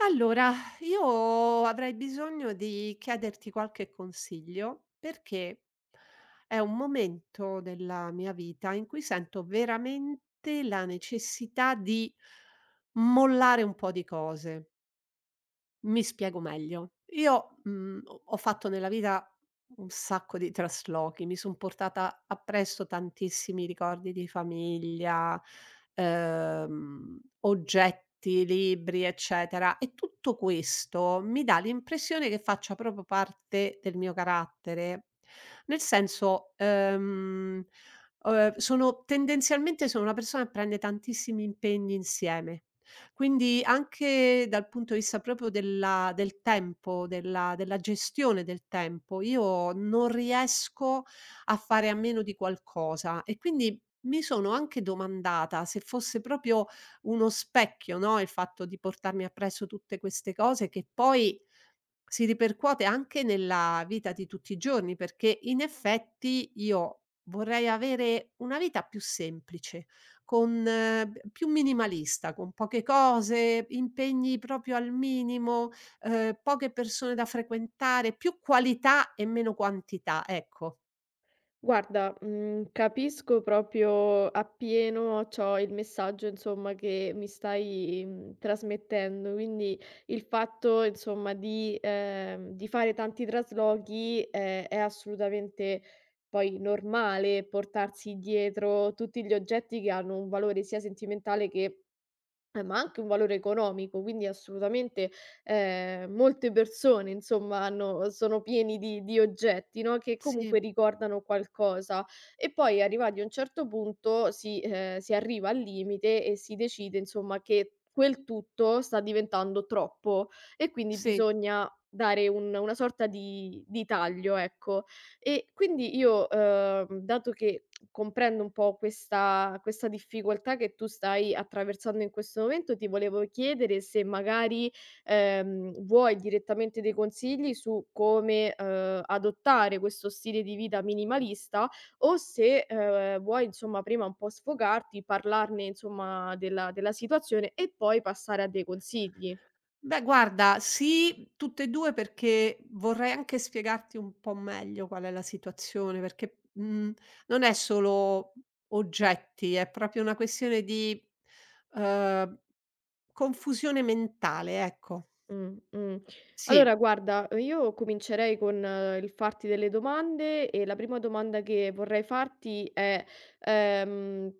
Allora, io avrei bisogno di chiederti qualche consiglio perché è un momento della mia vita in cui sento veramente la necessità di mollare un po' di cose. Mi spiego meglio. Io, mhmm, ho ho fatto nella vita un sacco di traslochi, mi son portata appresso tantissimi ricordi di famiglia, oggetti, libri, eccetera, e tutto questo mi dà l'impressione che faccia proprio parte del mio carattere. Nel senso, sono tendenzialmente sono una persona che prende tantissimi impegni insieme. Quindi anche dal punto di vista proprio del tempo, della gestione del tempo, io non riesco a fare a meno di qualcosa e quindi mi sono anche domandata se fosse proprio uno specchio, no, il fatto di portarmi appresso tutte queste cose che poi si ripercuote anche nella vita di tutti i giorni, perché in effetti io vorrei avere una vita più semplice, con b più minimalista, con poche cose, impegni proprio al minimo, poche persone da frequentare, più qualità e meno quantità, ecco. Guarda, capisco proprio appieno ciò il messaggio insomma che mi stai, trasmettendo. Quindi il fatto insomma di fare tanti traslochi è assolutamente poi normale portarsi dietro tutti gli oggetti che hanno un valore sia sentimentale che ma anche un valore economico. Quindi assolutamente, molte persone insomma hanno sono pieni di oggetti, no, che Sì. comunque ricordano qualcosa. E poi arrivati a un certo punto si arriva al limite e si decide insomma che quel tutto sta diventando troppo, e quindi Sì. bisogna dare un una sorta di taglio, ecco. E quindi io, dato che comprendo un po' questa difficoltà che tu stai attraversando in questo momento, ti volevo chiedere se magari, vuoi direttamente dei consigli su come, adottare questo stile di vita minimalista, o se, vuoi insomma prima un po' sfogarti, parlarne insomma della situazione e poi passare a dei consigli. Beh, guarda, sì, tutte e 2 perché vorrei anche spiegarti un po' meglio qual è la situazione, perché, non è solo oggetti, è proprio una questione di, uhm, confusione mentale, ecco. Mh, mh. Allora Sì. guarda, io comincerei con il farti delle domande. E la prima domanda che vorrei farti è, ehm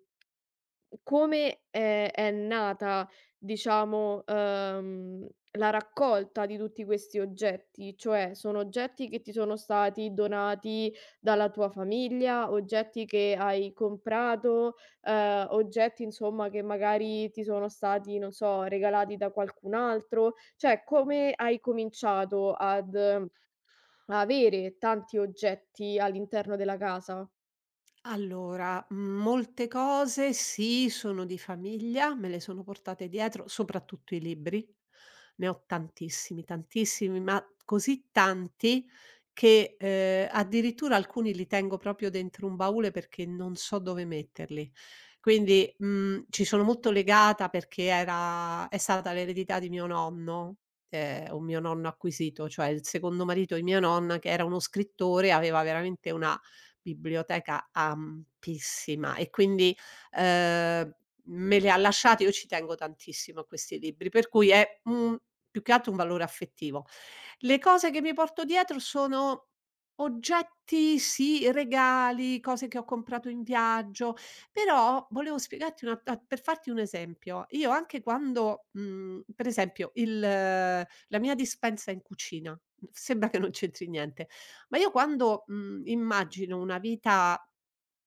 come, è nata diciamo, la raccolta di tutti questi oggetti? Cioè, sono oggetti che ti sono stati donati dalla tua famiglia, oggetti che hai comprato, oggetti insomma che magari ti sono stati, non so, regalati da qualcun altro? Cioè, come hai cominciato ad avere tanti oggetti all'interno della casa? Allora, molte cose sì, sono di famiglia, me le sono portate dietro, soprattutto i libri. Ne ho tantissimi, tantissimi, ma così tanti che, addirittura alcuni li tengo proprio dentro un baule perché non so dove metterli. Quindi, ci sono molto legata perché era è stata l'eredità di mio nonno, un mio nonno acquisito, cioè il secondo marito di mia nonna che era uno scrittore, aveva veramente una biblioteca ampissima e quindi, ehm, me le ha lasciate, io ci tengo tantissimo a questi libri, per cui è un più che altro un valore affettivo. Le cose che mi porto dietro sono oggetti, sì, regali, cose che ho comprato in viaggio, però volevo spiegarti una a per farti un esempio, io anche quando, per esempio il la mia dispensa in cucina, sembra che non c'entri niente, ma io quando, immagino una vita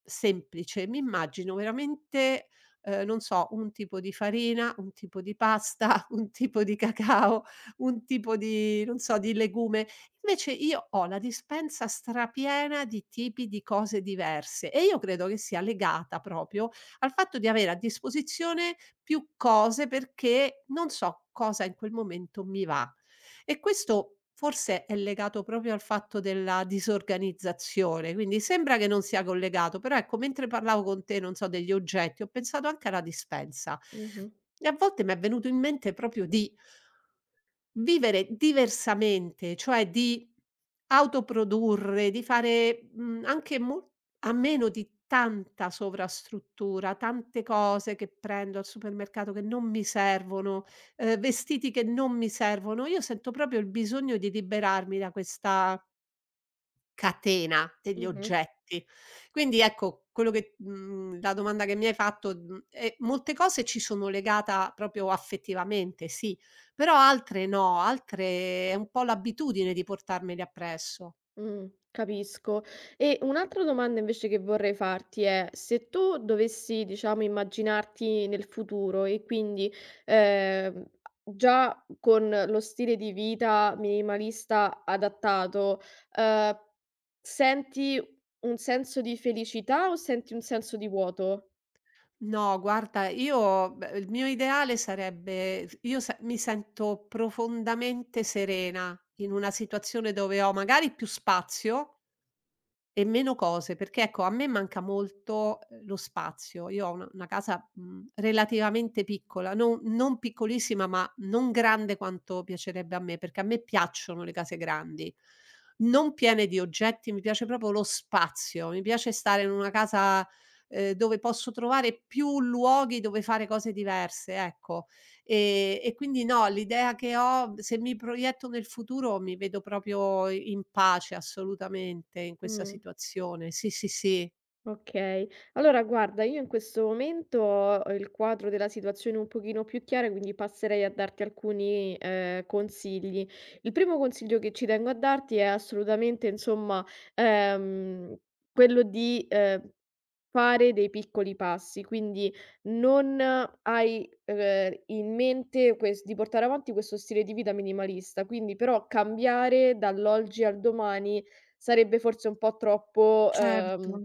semplice, mi immagino veramente, non so, un tipo di farina, un tipo di pasta, un tipo di cacao, un tipo di non so, di legume. Invece io ho la dispensa strapiena di tipi di cose diverse e io credo che sia legata proprio al fatto di avere a disposizione più cose perché non so cosa in quel momento mi va. E questo forse è legato proprio al fatto della disorganizzazione, quindi sembra che non sia collegato, però ecco mentre parlavo con te, non so, degli oggetti, ho pensato anche alla dispensa. Mh-mh, E a volte m'è venuto in mente proprio di vivere diversamente, cioè di autoprodurre, di fare, anche mol a meno di tanta sovrastruttura, tante cose che prendo al supermercato che non mi servono, vestiti che non mi servono. Io sento proprio il bisogno di liberarmi da questa catena degli mh-mh. oggetti. Quindi ecco, la domanda che mi hai fatto, molte cose ci sono legata proprio affettivamente, sì, però altre no, altre è un po' l'abitudine di portarmeli appresso. Capisco. E un'altra domanda invece che vorrei farti è: se tu dovessi, diciamo, immaginarti nel futuro e quindi, ehm, già con lo stile di vita minimalista adattato, ehm, senti un senso di felicità o senti un senso di vuoto? No, guarda, io beh, il mio ideale sarebbe f io se mi sento profondamente serena in una situazione dove ho magari più spazio e meno cose, perché ecco a me manca molto, lo spazio. Io ho una casa, relativamente piccola, non piccolissima, ma non grande quanto piacerebbe a me, perché a me piacciono le case grandi, non piene di oggetti, mi piace proprio lo spazio, mi piace stare in una casa, dove posso trovare più luoghi dove fare cose diverse, ecco. E quindi no, l'idea che ho se mi proietto nel futuro mi vedo proprio in pace assolutamente in questa Mh. situazione. Sì, sì, sì. Okay. Allora guarda, io in questo momento ho il quadro della situazione un pochino più chiara, quindi passerei a darti alcuni, consigli. Il primo consiglio che ci tengo a darti è assolutamente, insomma, ehm, quello di, fare dei piccoli passi. Quindi non hai, in mente ques di portare avanti questo stile di vita minimalista, quindi però cambiare dall'oggi al domani sarebbe forse un po' troppo, Certo.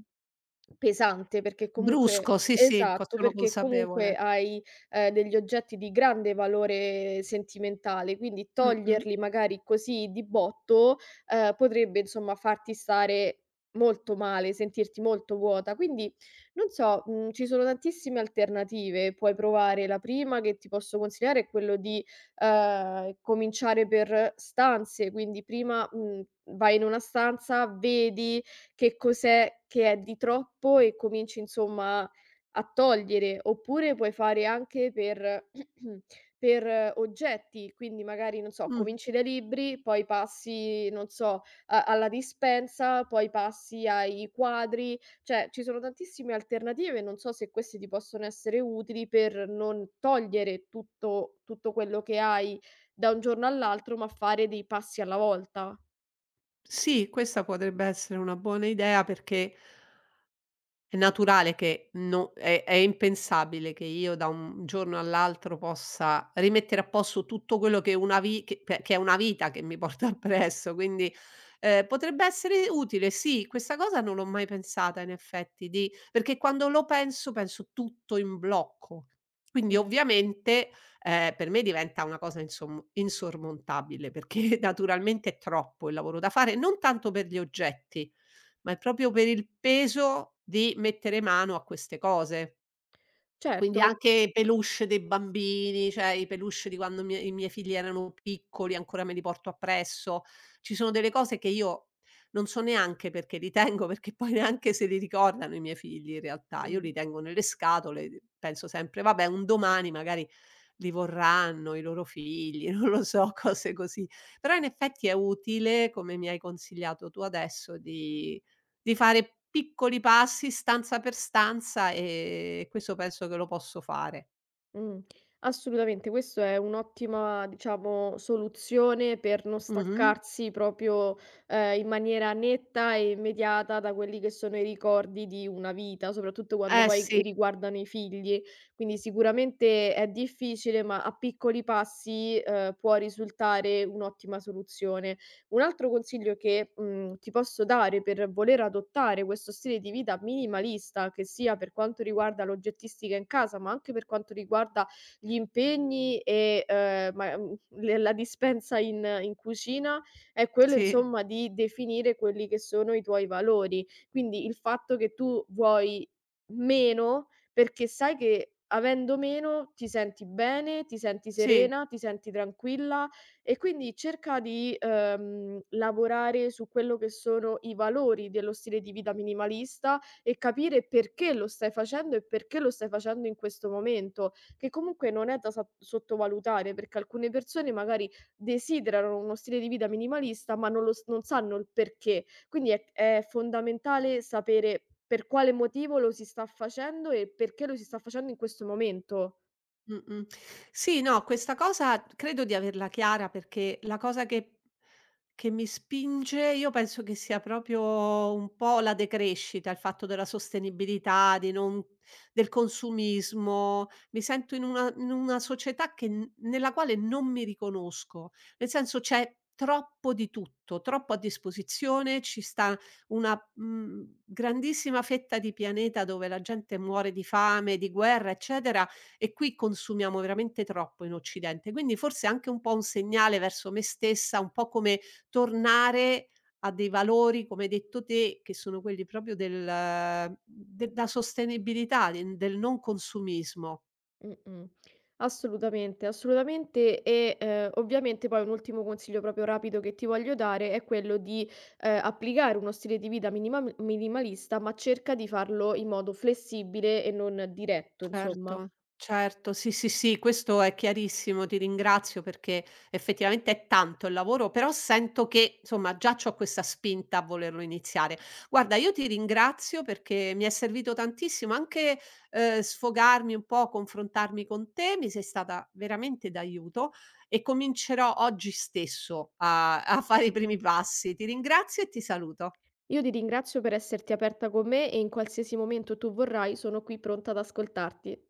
pesante, perché comunque Brusco, sì, sì, co esatto, sono perché comunque consapevole. hai, degli oggetti di grande valore sentimentale, quindi Mh-mh. toglierli magari così di botto, potrebbe insomma farti stare molto male, sentirti molto vuota. Quindi non so, ci sono tantissime alternative, puoi provare. La prima che ti posso consigliare è quello di, cominciare per stanze, quindi prima, vai in una stanza, vedi che cos'è che è di troppo e cominci insomma a togliere, oppure puoi fare anche per per oggetti, quindi magari, non so, Mh. cominci dai libri, poi passi, non so, a alla dispensa, poi passi ai quadri, cioè ci sono tantissime alternative, non so se queste ti possono essere utili per non togliere tutto tutto quello che hai da un giorno all'altro, ma fare dei passi alla volta. Sì, questa potrebbe essere una buona idea perché è naturale che no è è impensabile che io da un giorno all'altro possa rimettere a posto tutto quello che una vi che pe che è una vita che mi porto appresso, quindi, potrebbe essere utile, sì, questa cosa non l'ho mai pensata in effetti di perché quando lo penso, penso tutto in blocco. Quindi Mh. ovviamente, per me diventa una cosa insom insormontabile, perché naturalmente è troppo il lavoro da fare, non tanto per gli oggetti, ma è proprio per il peso di mettere mano a queste cose. Quindi Certo. anche i peluche dei bambini, cioè i peluche di quando mie i miei figli erano piccoli, ancora me li porto appresso. Ci sono delle cose che io non so neanche perché li tengo, perché poi neanche se li ricordano i miei figli in realtà. Io Mh. li tengo nelle scatole, d penso sempre: "Vabbè, un domani magari li vorranno i loro figli", non lo so, cose così. Però in effetti è utile, come mi hai consigliato tu adesso, di fare piccoli passi stanza per stanza, questo penso che lo posso fare. Mh. Assolutamente, questo è un'ottima, diciamo, soluzione per non Mh-mh. staccarsi proprio, in maniera netta e immediata da quelli che sono i ricordi di una vita, soprattutto quando Eh poi sì, riguardano i figli. Quindi sicuramente è difficile, ma a piccoli passi, può risultare un'ottima soluzione. Un altro consiglio che, ti posso dare per voler adottare questo stile di vita minimalista, che sia per quanto riguarda l'oggettistica in casa, ma anche per quanto riguarda gli impegni e, ma le la dispensa in cucina, è quello sì, insomma di definire quelli che sono i tuoi valori. Quindi il fatto che tu vuoi meno, perché sai che avendo meno ti senti bene, ti senti sì. serena, ti senti tranquilla, e quindi cerca di, lavorare su quello che sono i valori dello stile di vita minimalista e capire perché lo stai facendo e perché lo stai facendo in questo momento, che comunque non è da sottovalutare, perché alcune persone magari desiderano uno stile di vita minimalista, ma non, lo s- non sanno il perché. Quindi è fondamentale sapere per quale motivo lo si sta facendo e perché lo si sta facendo in questo momento. Mh-mh. Sì, no, questa cosa credo di averla chiara perché la cosa che mi spinge io penso che sia proprio un po' la decrescita, il fatto della sostenibilità, di non del consumismo. Mi sento in una società che n nella quale non mi riconosco. Nel senso c'è troppo di tutto, troppo a disposizione, ci sta una, grandissima fetta di pianeta dove la gente muore di fame, di guerra, eccetera e qui consumiamo veramente troppo in Occidente. Quindi forse è anche un po' un segnale verso me stessa, un po' come tornare a dei valori, come hai detto te, che sono quelli proprio della sostenibilità, del non consumismo. Mh-mh. Assolutamente, assolutamente e, ovviamente poi un ultimo consiglio proprio rapido che ti voglio dare è quello di, applicare uno stile di vita minimam minimalista, ma cerca di farlo in modo flessibile e non diretto, insomma. Certo, certo, sì, sì, sì, questo è chiarissimo, ti ringrazio perché effettivamente è tanto il lavoro, però sento che insomma già c'ho questa spinta a volerlo iniziare. Guarda, io ti ringrazio perché mi è servito tantissimo anche sfogarmi un po', confrontarmi con te, mi sei stata veramente d'aiuto e comincerò oggi stesso a fare i primi passi. Ti ringrazio e ti saluto. Io ti ringrazio per esserti aperta con me e in qualsiasi momento tu vorrai sono qui pronta ad ascoltarti.